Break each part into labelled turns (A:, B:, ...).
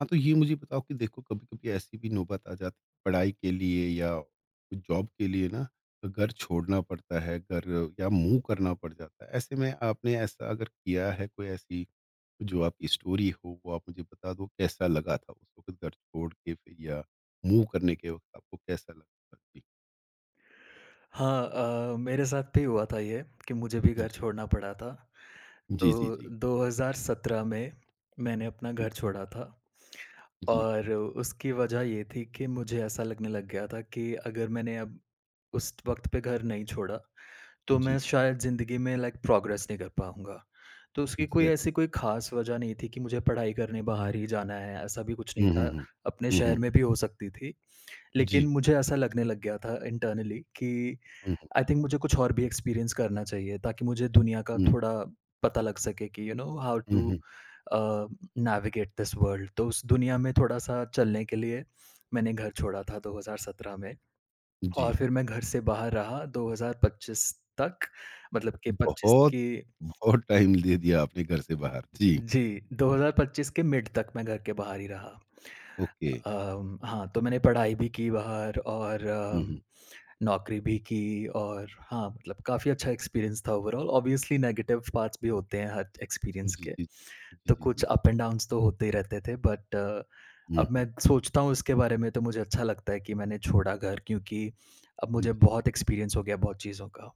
A: हाँ, तो ये मुझे बताओ कि देखो कभी-कभी ऐसी भी नौबत आ जाती है पढ़ाई के लिए या जॉब के लिए ना, तो घर छोड़ना पड़ता है, घर या मूव करना पड़ जाता है। ऐसे में आपने ऐसा अगर किया है कोई ऐसी जो आपकी स्टोरी हो वो आप मुझे बता दो कैसा लगा था उस वक़्त घर छोड़ के फिर या मूव करने के वक़्त आपको कैसा लगा था? जी,
B: हाँ, मेरे साथ भी हुआ था ये कि मुझे भी घर
A: जी।
B: छोड़ना पड़ा था।
A: जी, जी,
B: तो
A: जी।
B: 2017 में मैंने अपना
A: जी,
B: घर छोड़ा था
A: जी,
B: और उसकी वजह ये थी कि मुझे ऐसा लगने लग गया था कि अगर मैंने अब उस वक़्त पे घर नहीं छोड़ा, तो मैं
A: जी।
B: शायद ज़िंदगी में लाइक प्रोग्रेस नहीं कर पाऊँगा। तो उसकी कोई
A: एग्ज़ैक्टली।
B: ऐसी कोई ख़ास वजह नहीं थी कि मुझे पढ़ाई करने बाहर ही जाना है, ऐसा भी कुछ नहीं
A: हुँ, हुँ,
B: था।
A: हुँ।
B: अपने
A: हुँ, हुँ,
B: शहर
A: हुँ।
B: में भी हो सकती थी। लेकिन
A: जी।
B: मुझे ऐसा लगने लग गया था इंटरनली कि
A: हुँ,
B: आई थिंक मुझे कुछ और भी एक्सपीरियंस करना चाहिए ताकि मुझे दुनिया का
A: हुँ, हुँ।
B: थोड़ा पता लग सके कि यू नो हाउ
A: हुँ,
B: टू
A: हुँ।
B: Navigate this world. तो उस दुनिया में थोड़ा सा चलने के लिए मैंने घर छोड़ा था 2017 में,
A: जी।
B: और फिर मैं घर से बाहर रहा 2025 तक, मतलब कि 25
A: बहुत,
B: की,
A: बहुत टाइम दे दिया आपने घर से बाहर। जी,
B: जी, 2025 के मिड तक मैं घर के बाहर ही रहा।
A: ओके।
B: हाँ, तो मैंने पढ़ाई भी की बाहर और
A: हुँ, हुँ।
B: नौकरी भी की, और हाँ, मतलब काफ़ी अच्छा एक्सपीरियंस था ओवरऑल। ऑब्वियसली नेगेटिव पार्ट्स भी होते हैं हर एक्सपीरियंस
A: जी,
B: के,
A: जी, जी। जी,
B: तो
A: जी,
B: कुछ
A: जी।
B: अप एंड डाउन्स तो होते ही रहते थे, बट
A: हुँ,
B: अब मैं
A: हुँ।
B: सोचता हूँ इसके बारे में तो मुझे अच्छा लगता है कि मैंने छोड़ा घर, क्योंकि अब
A: जी,
B: मुझे
A: जी।
B: बहुत एक्सपीरियंस हो गया बहुत चीज़ों का।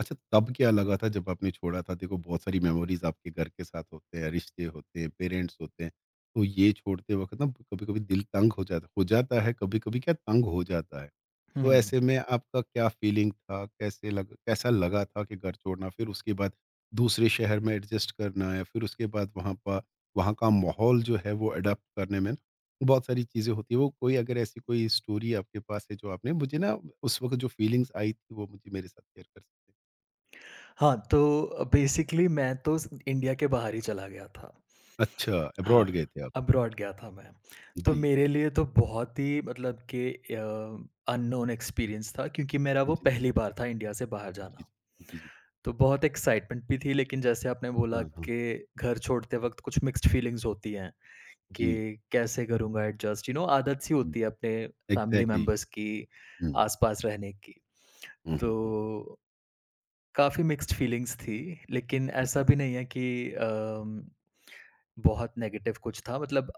A: अच्छा, तब क्या लगा था जब आपने छोड़ा था? देखो, बहुत सारी मेमोरीज़ आपके घर के साथ होते हैं, रिश्ते होते हैं, पेरेंट्स होते हैं। तो ये छोड़ते वक़्त ना, कभी-कभी दिल तंग हो जाता है, कभी-कभी क्या तंग हो जाता है। तो
B: हुँ।
A: ऐसे में आपका क्या फीलिंग था? कैसे लग कैसा लगा था कि घर छोड़ना, फिर उसके बाद दूसरे शहर में एडजस्ट करना या फिर उसके बाद वहाँ का माहौल जो है वो अडॉप्ट करने में बहुत सारी चीज़ें होती हैं। वो कोई अगर ऐसी कोई स्टोरी आपके पास है जो आपने मुझे ना, उस वक़्त जो फीलिंग्स आई थी वो मुझे मेरे साथ शेयर कर सकते हैं?
B: हाँ, तो बेसिकली मैं तो स इंडिया के बाहर ही चला गया था।
A: अच्छा,
B: हाँ,
A: अब्रॉड गए थे आप।
B: अब्रॉड गया था मैं।
A: जी,
B: तो
A: जी,
B: मेरे
A: जी।
B: लिए तो बहुत ही, मतलब कि अननोन एक्सपीरियंस था, क्योंकि मेरा वो
A: जी,
B: पहली बार था इंडिया से बाहर
A: जी,
B: जाना।
A: जी, जी।
B: तो बहुत एक्साइटमेंट भी थी, लेकिन जैसे आपने बोला
A: हाँ, हाँ।
B: कि घर छोड़ते वक़्त कुछ मिक्स्ड फीलिंग्स होती हैं,
A: जी।
B: कि कैसे करूँगा एडजस्ट, यू नो, आदत सी
A: हुँ,
B: होती है अपने फैमिली
A: एग्ज़ैक्टली।
B: मेंबर्स की
A: हुँ, हुँ,
B: आस-पास रहने की।
A: हुँ, हुँ, हुँ,
B: तो काफ़ी मिक्स्ड फीलिंग्स थी, लेकिन
A: हुँ, हुँ, हुँ,
B: ऐसा भी नहीं है कि अम बहुत नेगेटिव कुछ था, मतलब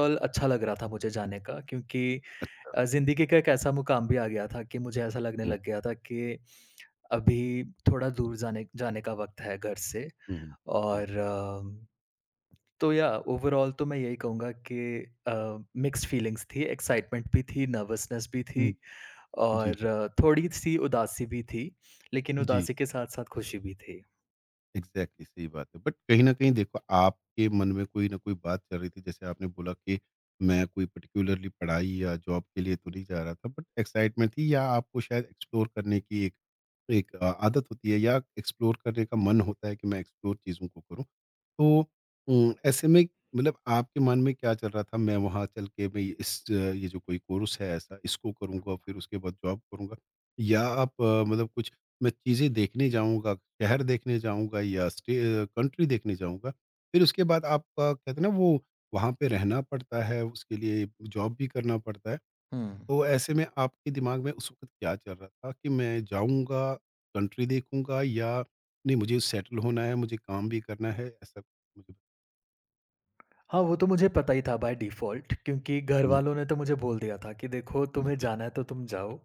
A: हुँ,
B: अच्छा लग रहा था मुझे जाने का, क्योंकि ज़िंदगी का एक ऐसा मुकाम भी आ गया था कि मुझे ऐसा लगने
A: हुँ,
B: लग गया था कि
A: हुँ,
B: अभी थोड़ा दूर जाने जाने का वक़्त है घर से।
A: हुँ, हुँ, हुँ,
B: और या ओवरऑल तो मैं यही कहूँगा कि अ, मिक्स्ड फीलिंग्स थी, एक्साइटमेंट भी थी, नर्वसनेस भी थी
A: हुँ। जी,
B: और थोड़ी-सी उदासी भी थी, लेकिन
A: जी।
B: उदासी के साथ-साथ खुशी भी थी।
A: एग्ज़ैक्टली, सही बात है। बट कहीं न कहीं देखो, आपके मन में कोई न कोई बात चल रही थी जैसे आपने बोला कि मैं कोई पर्टिकुलरली पढ़ाई या जॉब के लिए तो नहीं जा रहा था, बट एक्साइटमेंट थी या आपको शायद एक्सप्लोर करने की एक एक अ, आदत होती है या एक्सप्लोर करने का मन होता है कि मैं एक्सप्लोर चीज़ों को करूँ। तो ऐसे में मतलब आपके मन में क्या चल रहा था, मैं वहाँ चल के मैं ये जो कोई कोर्स है ऐसा इसको करूँगा, फिर उसके बाद जॉब करूँगा या मतलब कुछ मैं चीज़ें देखने जाऊँगा, शहर देखने जाऊँगा या स्टे कंट्री देखने जाऊँगा। फिर उसके बाद आपका कहते हैं ना वो वहाँ पे रहना पड़ता है, उसके लिए जॉब भी करना पड़ता है।
B: हुँ।
A: तो ऐसे में आपके दिमाग में उस वक़्त क्या चल रहा था कि मैं जाऊँगा, कंट्री देखूँगा या नहीं मुझे सेटल होना है, मुझे काम भी करना है, ऐसा कुछ मुझे
B: हाँ, वो तो मुझे पता ही था बाय डिफ़ॉल्ट, क्योंकि घर
A: हुँ,
B: वालों ने तो मुझे बोल दिया था कि देखो, तुम्हें
A: जी,
B: जाना है तो तुम जाओ,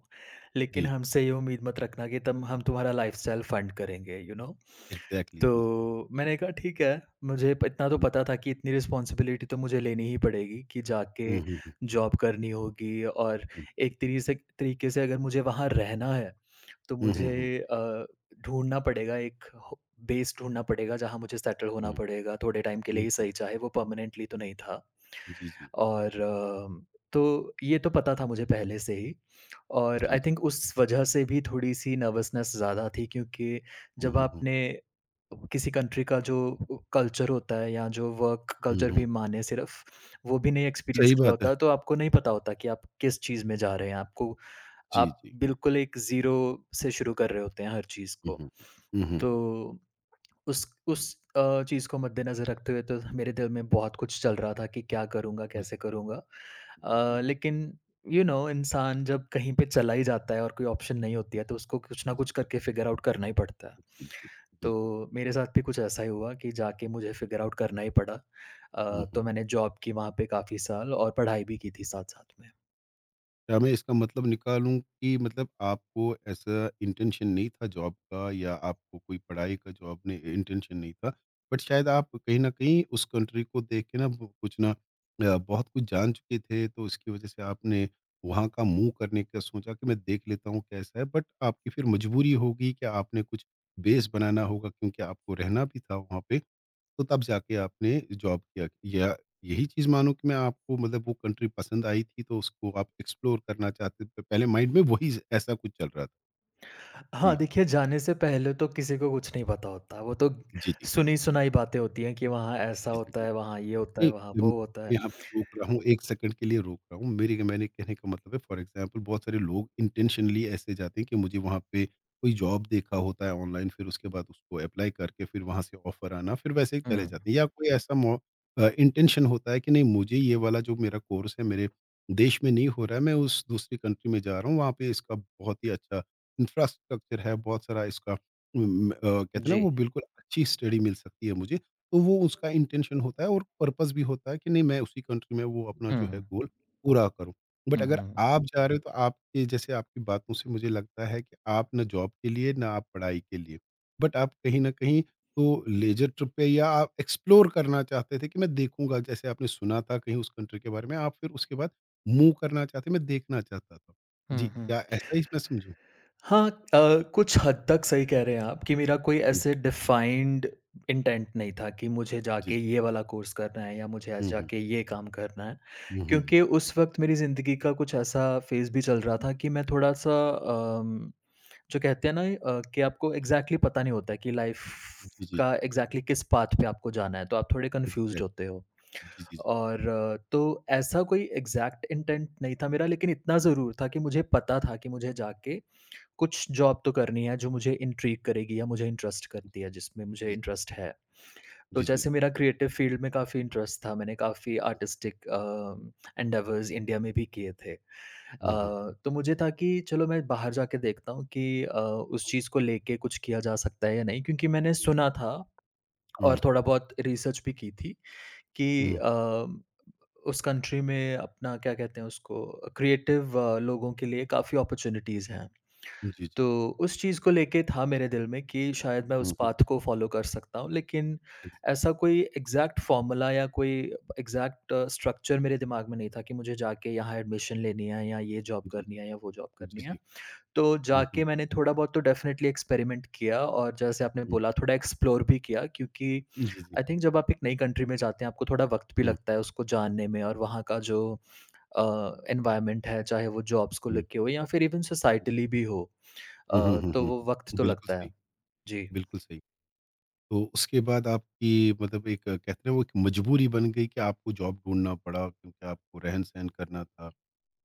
B: लेकिन
A: जी,
B: हमसे ये उम्मीद मत रखना कि तम हम तुम्हारा लाइफ़स्टाइल फंड करेंगे, यू नो।
A: एग्ज़ैक्टली जी, जी।
B: तो मैंने कहा ठीक है, मुझे प इतना तो
A: हुँ,
B: पता था कि इतनी रिस्पॉन्सिबिलिटी तो मुझे लेनी ही पड़ेगी, कि जाके
A: हुँ, हुँ, हुँ,
B: जॉब करनी होगी, और एक तरीके से अगर मुझे वहाँ रहना है, तो
A: हुँ, हुँ,
B: मुझे
A: हुँ, हुँ,
B: ढूँढना पड़ेगा एक हो बेस ढूँढना पड़ेगा जहाँ मुझे सेटल
A: हुँ,
B: होना पड़ेगा, थोड़े टाइम के लिए
A: हुँ,
B: ही सही, चाहे वो परमानेंटली तो नहीं था।
A: हुँ, जी, जी,
B: और तो ये तो पता था मुझे पहले से ही, और
A: जी,
B: आई
A: जी।
B: थिंक उस वजह से भी थोड़ी-सी नर्वसनेस ज़्यादा थी, क्योंकि
A: हुँ,
B: जब
A: हुँ, हुँ,
B: आपने किसी कंट्री का जो कल्चर होता है या जो वर्क
A: हुँ,
B: कल्चर भी,
A: हुँ,
B: माने सिर्फ़, वो भी नहीं एक्सपीरियंस
A: सही
B: किया
A: बात है।
B: होता, तो आपको नहीं पता होता कि आप किस चीज़ में जा रहे हैं। आपको
A: जी,
B: आप
A: जी।
B: बिल्कुल एक ज़ीरो से शुरू कर रहे होते हैं हर चीज़
A: हुँ,
B: को।
A: हुँ, हुँ, हुँ,
B: तो
A: हुँ,
B: उस चीज़ को मद्देनज़र रखते हुए तो मेरे दिल में बहुत कुछ चल रहा था कि क्या करूँगा,
A: हुँ, जी,
B: कैसे करूँगा?
A: जी, जी,
B: लेकिन यू नो, इंसान जब कहीं पे चला ही जाता है और कोई ऑप्शन नहीं होती
A: जी,
B: है, तो उसको कुछ ना
A: जी,
B: कुछ
A: जी,
B: करके फिगर आउट करना ही पड़ता है।
A: बिल्कुल, बिल्कुल।
B: तो मेरे साथ भी कुछ ऐसा ही हुआ कि जाके मुझे फिगर आउट करना ही पड़ा।
A: हुँ,
B: तो
A: हुँ,
B: मैंने जॉब की वहाँ पे काफ़ी साल और पढ़ाई भी की थी
A: जी।
B: साथ-साथ में।
A: क्या मैं इसका मतलब निकालूँ कि मतलब आपको ऐसा इंटेंशन नहीं था जॉब का या आपको कोई पढ़ाई का जॉब ने इंटेंशन नहीं था, बट शायद आप कहीं न कहीं उस कंट्री को देख के ना, ब कुछ ना अ, बहुत कुछ जान चुके थे, तो उसकी वज़ह से आपने वहाँ का मूव करने का सोचा कि मैं देख लेता हूँ कैसा है, बट आपकी फिर मजबूरी होगी कि आपने कुछ बेस बनाना होगा क्योंकि आपको रहना भी था वहाँ पे। तो तब जाके आपने जॉब किया या यही चीज़ मानो कि मैं आपको मतलब वो कंट्री पसंद आई थी तो उसको आप एक्सप्लोर करना चाहते थे, पहले माइंड में वही ऐसा कुछ चल रहा था?
B: हाँ,
A: जी।
B: देखिए, जाने से पहले तो किसी को कुछ नहीं पता होता। वो तो
A: जी, जी।
B: सुनी-सुनाई बातें होती हैं कि वहाँ ऐसा
A: जी, जी,
B: होता
A: जी।
B: है, वहाँ ये होता है, वहाँ
A: नहीं, मैं
B: वो होता है।
A: यहाँ पे रोक रहा हूँ, 1 सेकंड के लिए रोक रहा हूँ। मेरी मैंने कहने का मतलब है फॉर एग्ज़ाम्पल बहुत सारे लोग इंटेंशनली ऐसे जाते हैं कि मुझे वहाँ पे कोई जॉब देखा होता है ऑनलाइन, फिर उसके बाद उसको अप्लाई करके फिर वहाँ से ऑफ़र आना फिर वैसे ही चले
B: हुँ।
A: जाते हैं या कोई ऐसा इंटेंशन होता है कि नहीं मुझे ये वाला जो मेरा कोर्स है मेरे देश में नहीं हो रहा है, मैं उस दूसरी कंट्री में जा रहा हूँ, वहाँ पे इसका बहुत ही अच्छा इंफ्रास्ट्रक्चर है, बहुत सारा इसका कहते हैं ना
B: जी।
A: वो बिल्कुल अच्छी स्टडी मिल सकती है मुझे। तो वो उसका इंटेंशन होता है और पर्पस भी होता है कि नहीं मैं उसी कंट्री में वो अपना जो है
B: हुँ,
A: गोल पूरा करूँ। बट
B: हुँ,
A: अगर
B: हुँ।
A: आप जा रहे हो तो आपके जैसे आपकी बातों से मुझे लगता है कि आप ना जॉब के लिए ना आप पढ़ाई के लिए, बट आप कहीं न कहीं तो लेज़र ट्रिप पे या आप एक्सप्लोर करना चाहते थे कि मैं देखूँगा, जैसे आपने सुना था कहीं उस कंट्री के बारे में आप फिर उसके बाद मूव करना चाहते मैं देखना चाहता था। जी,
B: हुँ, हुँ।
A: क्या ऐसा ही मैं समझूँ?
B: हाँ, कुछ हद तक सही कह रहे हैं आप कि मेरा कोई
A: हुँ,
B: ऐसे डिफाइंड इंटेंट नहीं था कि मुझे
A: जी,
B: जाके
A: जी।
B: ये वाला कोर्स करना है या मुझे आज
A: हुँ, हुँ।
B: जाके ये काम करना है।
A: हुँ, हुँ, हुँ।
B: क्योंकि उस वक़्त मेरी ज़िंदगी का कुछ ऐसा फ़ेज़ भी चल रहा था कि मैं थोड़ा-सा, अम जो कहते हैं ना, कि आपको एग्ज़ैक्टली पता नहीं होता है कि लाइफ़
A: जी, जी,
B: का
A: जी।
B: एग्ज़ैक्टली किस पाथ पे आपको जाना है, तो आप थोड़े कन्फ्यूज़्ड होते
A: एग्ज़ैक्टली।
B: हो।
A: जी, जी, जी।
B: और ऐसा कोई एग्ज़ैक्ट इंटेंट नहीं था मेरा, लेकिन इतना ज़रूर था कि मुझे पता था कि मुझे जाके कुछ जॉब तो करनी है जो मुझे इंट्रिग करेगी या मुझे इंटरेस्ट करती है, जिसमें मुझे
A: जी, जी।
B: इंटरेस्ट है।
A: जी,
B: तो
A: जी। जी, जी।
B: जैसे मेरा क्रिएटिव फील्ड में काफ़ी इंटरेस्ट था, मैंने काफ़ी आर्टिस्टिक एंडेवर्स इंडिया में भी किए थे।
A: हुँ, हुँ,
B: तो मुझे था कि चलो मैं बाहर जाके देखता हूँ कि उस चीज़ को लेके कुछ किया जा सकता है या नहीं, क्योंकि मैंने
A: हुँ,
B: सुना था
A: हुँ,
B: और थोड़ा बहुत रिसर्च भी की थी कि
A: हुँ।
B: उस कंट्री में, अपना क्या कहते हैं उसको, क्रिएटिव लोगों के लिए काफ़ी अपॉर्च्युनिटीज़ हैं।
A: जी, जी।
B: तो उस चीज़ को लेके था मेरे दिल में कि शायद मैं उस
A: हुँ, हुँ।
B: पाथ को फ़ॉलो कर सकता हूँ, लेकिन
A: एग्ज़
B: ऐसा कोई एग्ज़ैक्ट फ़ॉर्मूला या कोई एग्ज़ैक्ट स्ट्रक्चर मेरे दिमाग में नहीं था कि मुझे जाके यहाँ एडमिशन लेनी है या ये जॉब
A: जी,
B: करनी है या वो जॉब
A: जी,
B: करनी
A: जी,
B: है।
A: जी।
B: तो
A: हुँ, हुँ,
B: जाके मैंने थोड़ा बहुत तो डेफ़िनेटली एक्सपेरिमेंट किया और, जैसे आपने
A: हुँ।
B: बोला, थोड़ा एक्सप्लोर भी किया, क्योंकि
A: जी, जी।
B: आई थिंक जब आप एक नई कंट्री में जाते हैं, आपको थोड़ा वक़्त भी
A: हुँ,
B: लगता है उसको जानने में और वहाँ का जो अ, एनवायरनमेंट है, चाहे वो जॉब्स को
A: हुँ।
B: लेके हो या फिर इवन सोसाइटली भी हो।
A: हुँ, हुँ, हुँ,
B: तो
A: हुँ,
B: वो वक़्त
A: हुँ।
B: तो
A: बिल्कुल
B: लगता है।
A: सही,
B: जी।
A: बिल्कुल सही। तो उसके बाद आपकी मतलब एक कहते हैं ना वो एक मजबूरी बन गई कि आपको जॉब ढूँढना पड़ा क्योंकि आपको रहन-सहन करना था।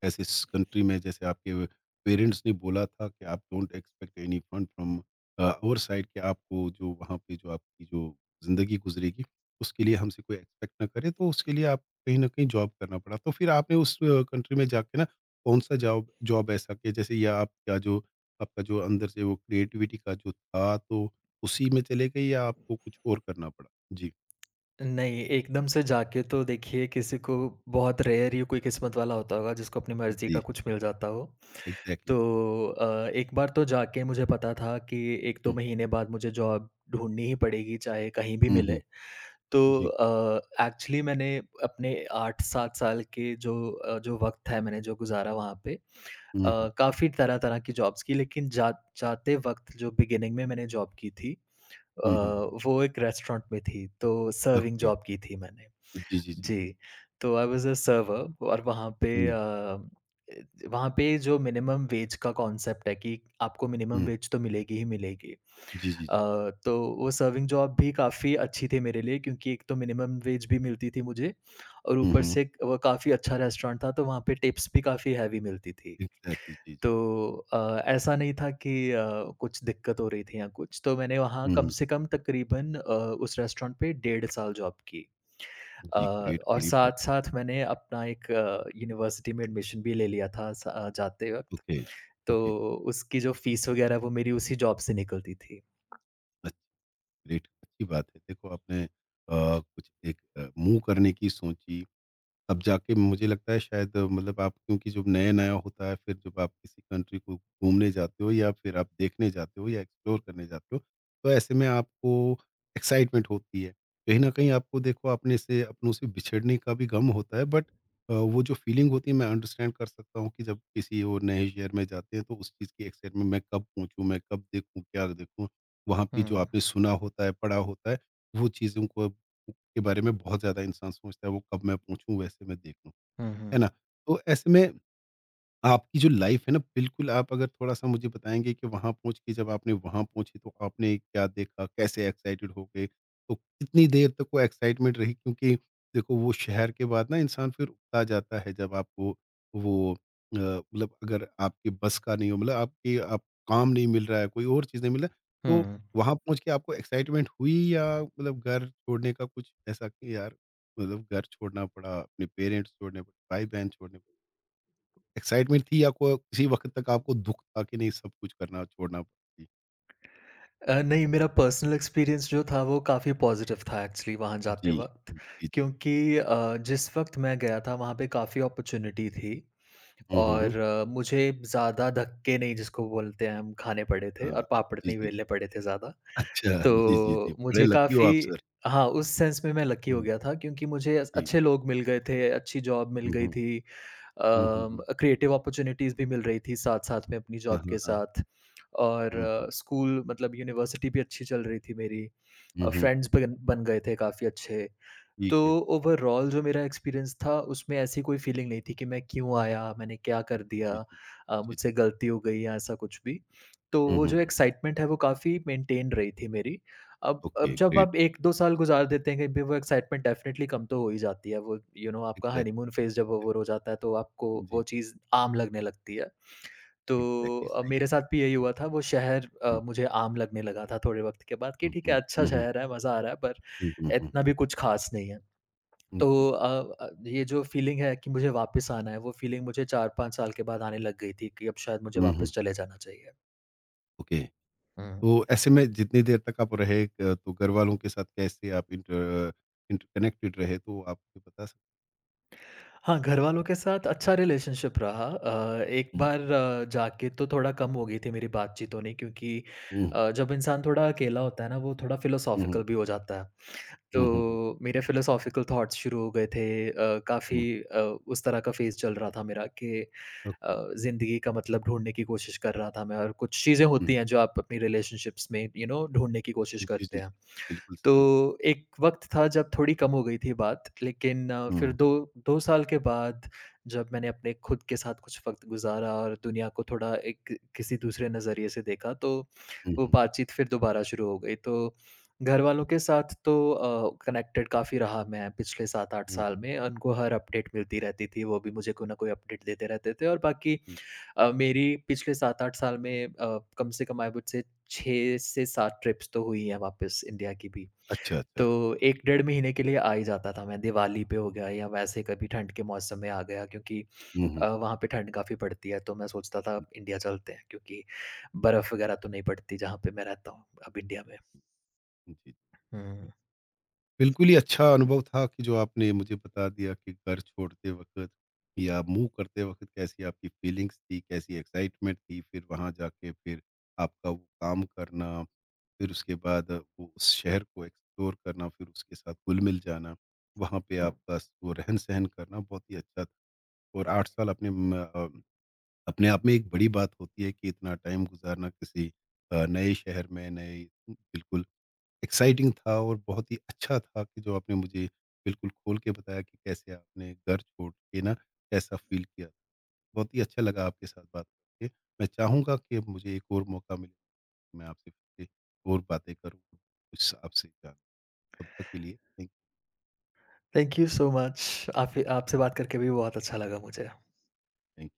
A: ऐसे स कंट्री में जैसे आपके पेरेंट्स ने बोला था कि आप don't expect any fund from our side कि आपको जो वहाँ पे जो आपकी जो ज़िंदगी गुज़रेगी, उसके लिए हमसे कोई एक्सपेक्ट ना करे, तो उसके लिए आपको कहीं न कहीं जॉब करना पड़ा। तो फिर आपने उस कंट्री में जाके ना कौन-सा जॉब जॉब ऐसा किया जैसे या आप क्या जो आपका जो अंदर से वो क्रिएटिविटी का जो था, तो उसी में चले गए या आपको कुछ और करना पड़ा? जी।
B: नहीं, एकदम से जाके तो, देखिए, किसी को, बहुत रेयर ही कोई किस्मत वाला होता होगा जिसको अपनी मर्ज़ी
A: जी,
B: का कुछ मिल जाता हो।
A: एग्ज़ैक्टली।
B: तो एक बार तो जाके मुझे पता था कि 1-2
A: हुँ,
B: महीने बाद मुझे जॉब ढूँढनी ही पड़ेगी, चाहे कहीं भी
A: हुँ,
B: मिले।
A: हुँ।
B: तो
A: जी।
B: एक्चुअली मैंने अपने 8-7 साल के जो वक़्त है मैंने जो गुज़ारा वहाँ पे,
A: हुँ, हुँ।
B: काफ़ी तरह-तरह की जॉब्स की, लेकिन जा जाते वक़्त जो बिगिनिंग में मैंने जॉब की थी, अ,
A: हुँ, हुँ, हुँ।
B: वो एक रेस्टोरेंट में थी, तो सर्विंग
A: ओके।
B: जॉब की थी मैंने।
A: जी, जी, जी।
B: जी, तो आई वाज़ अ सर्वर, और वहाँ पे
A: हुँ,
B: जो मिनिमम वेज का कॉन्सेप्ट है कि आपको मिनिमम
A: हुँ।
B: वेज तो मिलेगी ही मिलेगी।
A: जी, जी, जी।
B: अ, तो वो सर्विंग जॉब भी काफ़ी अच्छी थी मेरे लिए, क्योंकि एक तो मिनिमम वेज भी मिलती थी मुझे, और
A: हुँ,
B: ऊपर
A: हुँ।
B: से वो काफ़ी अच्छा रेस्टोरेंट था, तो वहाँ पे टिप्स भी काफ़ी हैवी मिलती थी।
A: एग्ज़ैक्टली, जी, जी।
B: तो ऐसा नहीं था कि कुछ दिक्कत हो रही थी या कुछ, तो मैंने वहाँ
A: हुँ,
B: कम
A: हुँ।
B: से कम, तकरीबन, उस रेस्टोरेंट पे डेढ़ साल जॉब की।
A: जी, ग्रेट,
B: और
A: बड़ी बात।
B: साथ-साथ मैंने अपना एक यूनिवर्सिटी में एडमिशन भी ले लिया था जाते वक़्त,
A: ओके,
B: तो
A: ओके।
B: उसकी जो फ़ीस वग़ैरह वो मेरी उसी जॉब से निकलती थी।
A: अच्छ ग्रेट, अच्छी बात है। देखो, आपने कुछ एक मूव करने की सोची, अब जाके मुझे लगता है शायद मतलब आप क्योंकि जब नया-नया होता है फिर जब आप किसी कंट्री को घूमने जाते हो या फिर आप देखने जाते हो या एक्सप्लोर करने जाते हो, तो ऐसे में आपको एक्साइटमेंट होती है। कहीं न कहीं आपको देखो अपने से अपनों से बिछड़ने का भी गम होता है, बट वो जो फीलिंग होती है मैं अंडरस्टैंड कर सकता हूँ कि जब किसी और नए शहर में जाते हैं तो उस चीज़ की एक्साइटमेंट मैं कब पहुँचूँ, मैं कब देखूँ, क्या देखूँ? वहाँ
B: हुँ।
A: पे जो आपने सुना होता है, पढ़ा होता है, वो चीज़ों को के बारे में बहुत ज़्यादा इंसान सोचता है, वो कब मैं पहुँचूँ, वैसे मैं देख लूँ,
B: हुँ, हुँ।
A: है ना? तो ऐसे में आपकी जो लाइफ़ है ना, बिल्कुल आप अगर थोड़ा-सा मुझे बताएँगे कि वहाँ पहुँच के जब आपने वहाँ पहुँचे तो आपने क्या देखा? कैसे एक्साइटेड हो गए? तो कितनी देर तक वो एक्साइटमेंट रही? क्योंकि देखो वो शहर के बाद ना इंसान फिर उकता जाता है जब आपको वो मतलब अगर आपकी बस का नहीं हो, मतलब आपकी आप काम नहीं मिल रहा है, कोई और चीज़ नहीं मिल रहा है, तो
B: हुँ।
A: वहाँ पहुँच के आपको एक्साइटमेंट हुई या मतलब घर छोड़ने का कुछ ऐसा कि यार मतलब घर छोड़ना पड़ा, अपने पेरेंट्स छोड़ने पड़े, भाई-बहन छोड़ने एक्साइटमेंट थी या को किसी वक़्त तक आपको दुःख था कि नहीं सब कुछ करना छोड़ना पड़ी?
B: नहीं, मेरा पर्सनल एक्सपीरियंस जो था वो काफ़ी पॉज़िटिव था एक्चुअली वहाँ
A: जी।
B: जाते वक़्त,
A: जी। जी, जी।
B: क्योंकि जिस वक़्त मैं गया था, वहाँ पे काफ़ी अपॉर्च्युनिटी थी,
A: हुँ, हुँ, हुँ।
B: और मुझे ज़्यादा धक्के नहीं, जिसको बोलते हैं हम, खाने पड़े थे,
A: हाँ।
B: और पापड़
A: जी,
B: नहीं
A: जी, जी।
B: बेलने पड़े थे ज़्यादा।
A: अच्छा जी, जी, जी।
B: तो
A: बड़े
B: मुझे
A: लकी हो
B: काफ़ी,
A: आप सर।
B: हाँ, उस सेंस में मैं लकी हो
A: हुँ,
B: गया था, क्योंकि मुझे अस
A: जी।
B: अच्छे लोग मिल गए थे, अच्छी जॉब मिल
A: हुँ,
B: गई
A: हुँ।
B: थी।
A: हुँ, हुँ, हुँ।
B: क्रिएटिव अपॉर्च्युनिटीज़ भी मिल रही थी साथ-साथ में अपनी
A: हाँ,
B: जॉब
A: हाँ,
B: के
A: हाँ।
B: साथ, और
A: हुँ, हुँ।
B: स्कूल, मतलब यूनिवर्सिटी भी अच्छी चल रही थी मेरी।
A: हुँ, हुँ।
B: फ्रेंड्स बन बन गए थे काफ़ी अच्छे।
A: ठीक
B: तो
A: है।
B: ओवरऑल जो मेरा एक्सपीरियंस था, उसमें ऐसी कोई फ़ीलिंग नहीं थी कि मैं क्यों आया? मैंने क्या कर दिया?
A: जी, जी। जी, जी।
B: मुझसे गलती हो गई, या ऐसा कुछ भी। तो
A: हुँ,
B: वो
A: हुँ,
B: जो
A: हुँ।
B: एक्साइटमेंट है, वो काफ़ी मेंटेन रही थी मेरी। अब
A: ओके,
B: अब जब आप
A: ग्रेट।
B: 1-2 साल गुज़ार देते हैं कहीं पे, वो एक्साइटमेंट डेफ़िनेटली कम तो हो ही जाती है। वो, यू you नो know, आपका
A: एग्ज़ैक्ट
B: हनीमून फ़ेज़ जब ओवर हो जाता है, तो आपको
A: जी,
B: वो चीज़ आम लगने लगती है। तो
A: एग्ज़ैक्टली सही।
B: मेरे साथ भी यही हुआ था, वो शहर
A: हुँ,
B: मुझे आम लगने लगा था थोड़े वक़्त के बाद कि
A: हुँ,
B: ठीक है,
A: हुँ।
B: अच्छा
A: हुँ, हुँ।
B: शहर है, मज़ा आ रहा है, पर
A: हुँ, हुँ, हुँ,
B: इतना
A: हुँ।
B: भी कुछ ख़ास नहीं है।
A: हुँ,
B: तो
A: जी, जी।
B: ये जो फ़ीलिंग है कि मुझे वापस आना है, वो फ़ीलिंग मुझे 4-5 साल के बाद आने लग गई थी कि अब शायद मुझे
A: हुँ, हुँ।
B: वापस चले जाना चाहिए।
A: ओके।
B: हुँ।
A: तो ऐसे में जितनी देर तक आप रहे तो घर वालों के साथ कैसे आप इंटरकनेक्टेड रहे तो आप मुझे बता सकते
B: हाँ, घरवालों के साथ अच्छा रिलेशनशिप रहा। एक
A: हुँ। हैं?
B: बार जाके तो थोड़ा कम हो गई थी मेरी बातचीत होनी, क्योंकि जब इंसान थोड़ा अकेला होता है ना, वो थोड़ा
A: हुँ, हुँ, हुँ,
B: फिलोसॉफ़िकल भी हो जाता है।
A: हुँ, हुँ,
B: तो मेरे फिलोसॉफ़िकल थॉट्स शुरू हो गए थे। काफ़ी
A: हुँ,
B: उस तरह का फ़ेज़ चल रहा था मेरा कि
A: ओके,
B: ज़िंदगी का मतलब ढूँढने की कोशिश कर रहा था मैं, और कुछ चीज़ें होती
A: हुँ,
B: हैं जो आप अपनी रिलेशनशिप्स में, यू you नो ढूँढने की कोशिश
A: जी, जी,
B: करते
A: जी,
B: हैं।
A: बिल्कुल
B: तो
A: सही।
B: एक वक़्त था जब थोड़ी कम हो गई थी बात, लेकिन
A: हुँ,
B: फिर
A: हुँ,
B: 2 साल के बाद जब मैंने अपने खुद के साथ कुछ वक़्त गुज़ारा और दुनिया को थोड़ा एक किसी दूसरे नज़रिए से देखा, तो
A: हुँ,
B: वो
A: हुँ,
B: बातचीत फिर दोबारा शुरू हो गई। तो घरवालों के साथ तो कनेक्टेड काफ़ी रहा मैं पिछले 7-8
A: हुँ,
B: साल में। उनको हर अपडेट मिलती रहती थी, वो भी मुझे कोई ना कोई अपडेट देते रहते थे, और बाकी
A: हुँ,
B: मेरी पिछले 7-8 साल में कम से कम, आई वुड से, 6 से 7 ट्रिप्स तो हुई हैं वापस इंडिया की भी।
A: अच्छा, अच्छा, अच्छा।
B: तो 1 डेढ़ महीने के लिए आ ही जाता था मैं, दिवाली पे हो गया या वैसे कभी ठंड के मौसम में आ गया, क्योंकि
A: हुँ, हुँ,
B: वहाँ पे ठंड काफ़ी पड़ती है, तो मैं सोचता था इंडिया चलते हैं, क्योंकि बर्फ़ वगैरह तो नहीं पड़ती जहाँ पे मैं रहता हूँ अब इंडिया में।
A: हुँ, जी।
B: हुँ,
A: बिल्कुल ही अच्छा अनुभव था कि जो आपने मुझे बता दिया कि घर छोड़ते वक़्त या मूव करते वक़्त कैसी आपकी फीलिंग्स थी, कैसी एक्साइटमेंट थी, फिर वहाँ जाके फिर आपका वो काम करना, फिर उसके बाद वो उस शहर को एक्सप्लोर करना, फिर उसके साथ घुल-मिल जाना, वहाँ पे आपका स वो रहन-सहन करना बहुत ही अच्छा था और 8 साल अपने आप में एक बड़ी बात होती है कि इतना टाइम गुज़ारना किसी नए शहर में, नए बिल्कुल एक्साइटिंग था और बहुत ही अच्छा था कि जो आपने मुझे बिल्कुल खोल के बताया कि कैसे आपने घर छोड़ के ना कैसा फील किया। बहुत ही अच्छा लगा आपके साथ बात करके। मैं चाहूँगा कि मुझे एक और मौका मिले, मैं आपसे फिर से और बातें करूँ, कुछ आपसे जान तब तक के लिए thank
B: thank you so much. आप आपसे
A: यू,
B: बात करके भी बहुत अच्छा लगा मुझे।
A: थैंक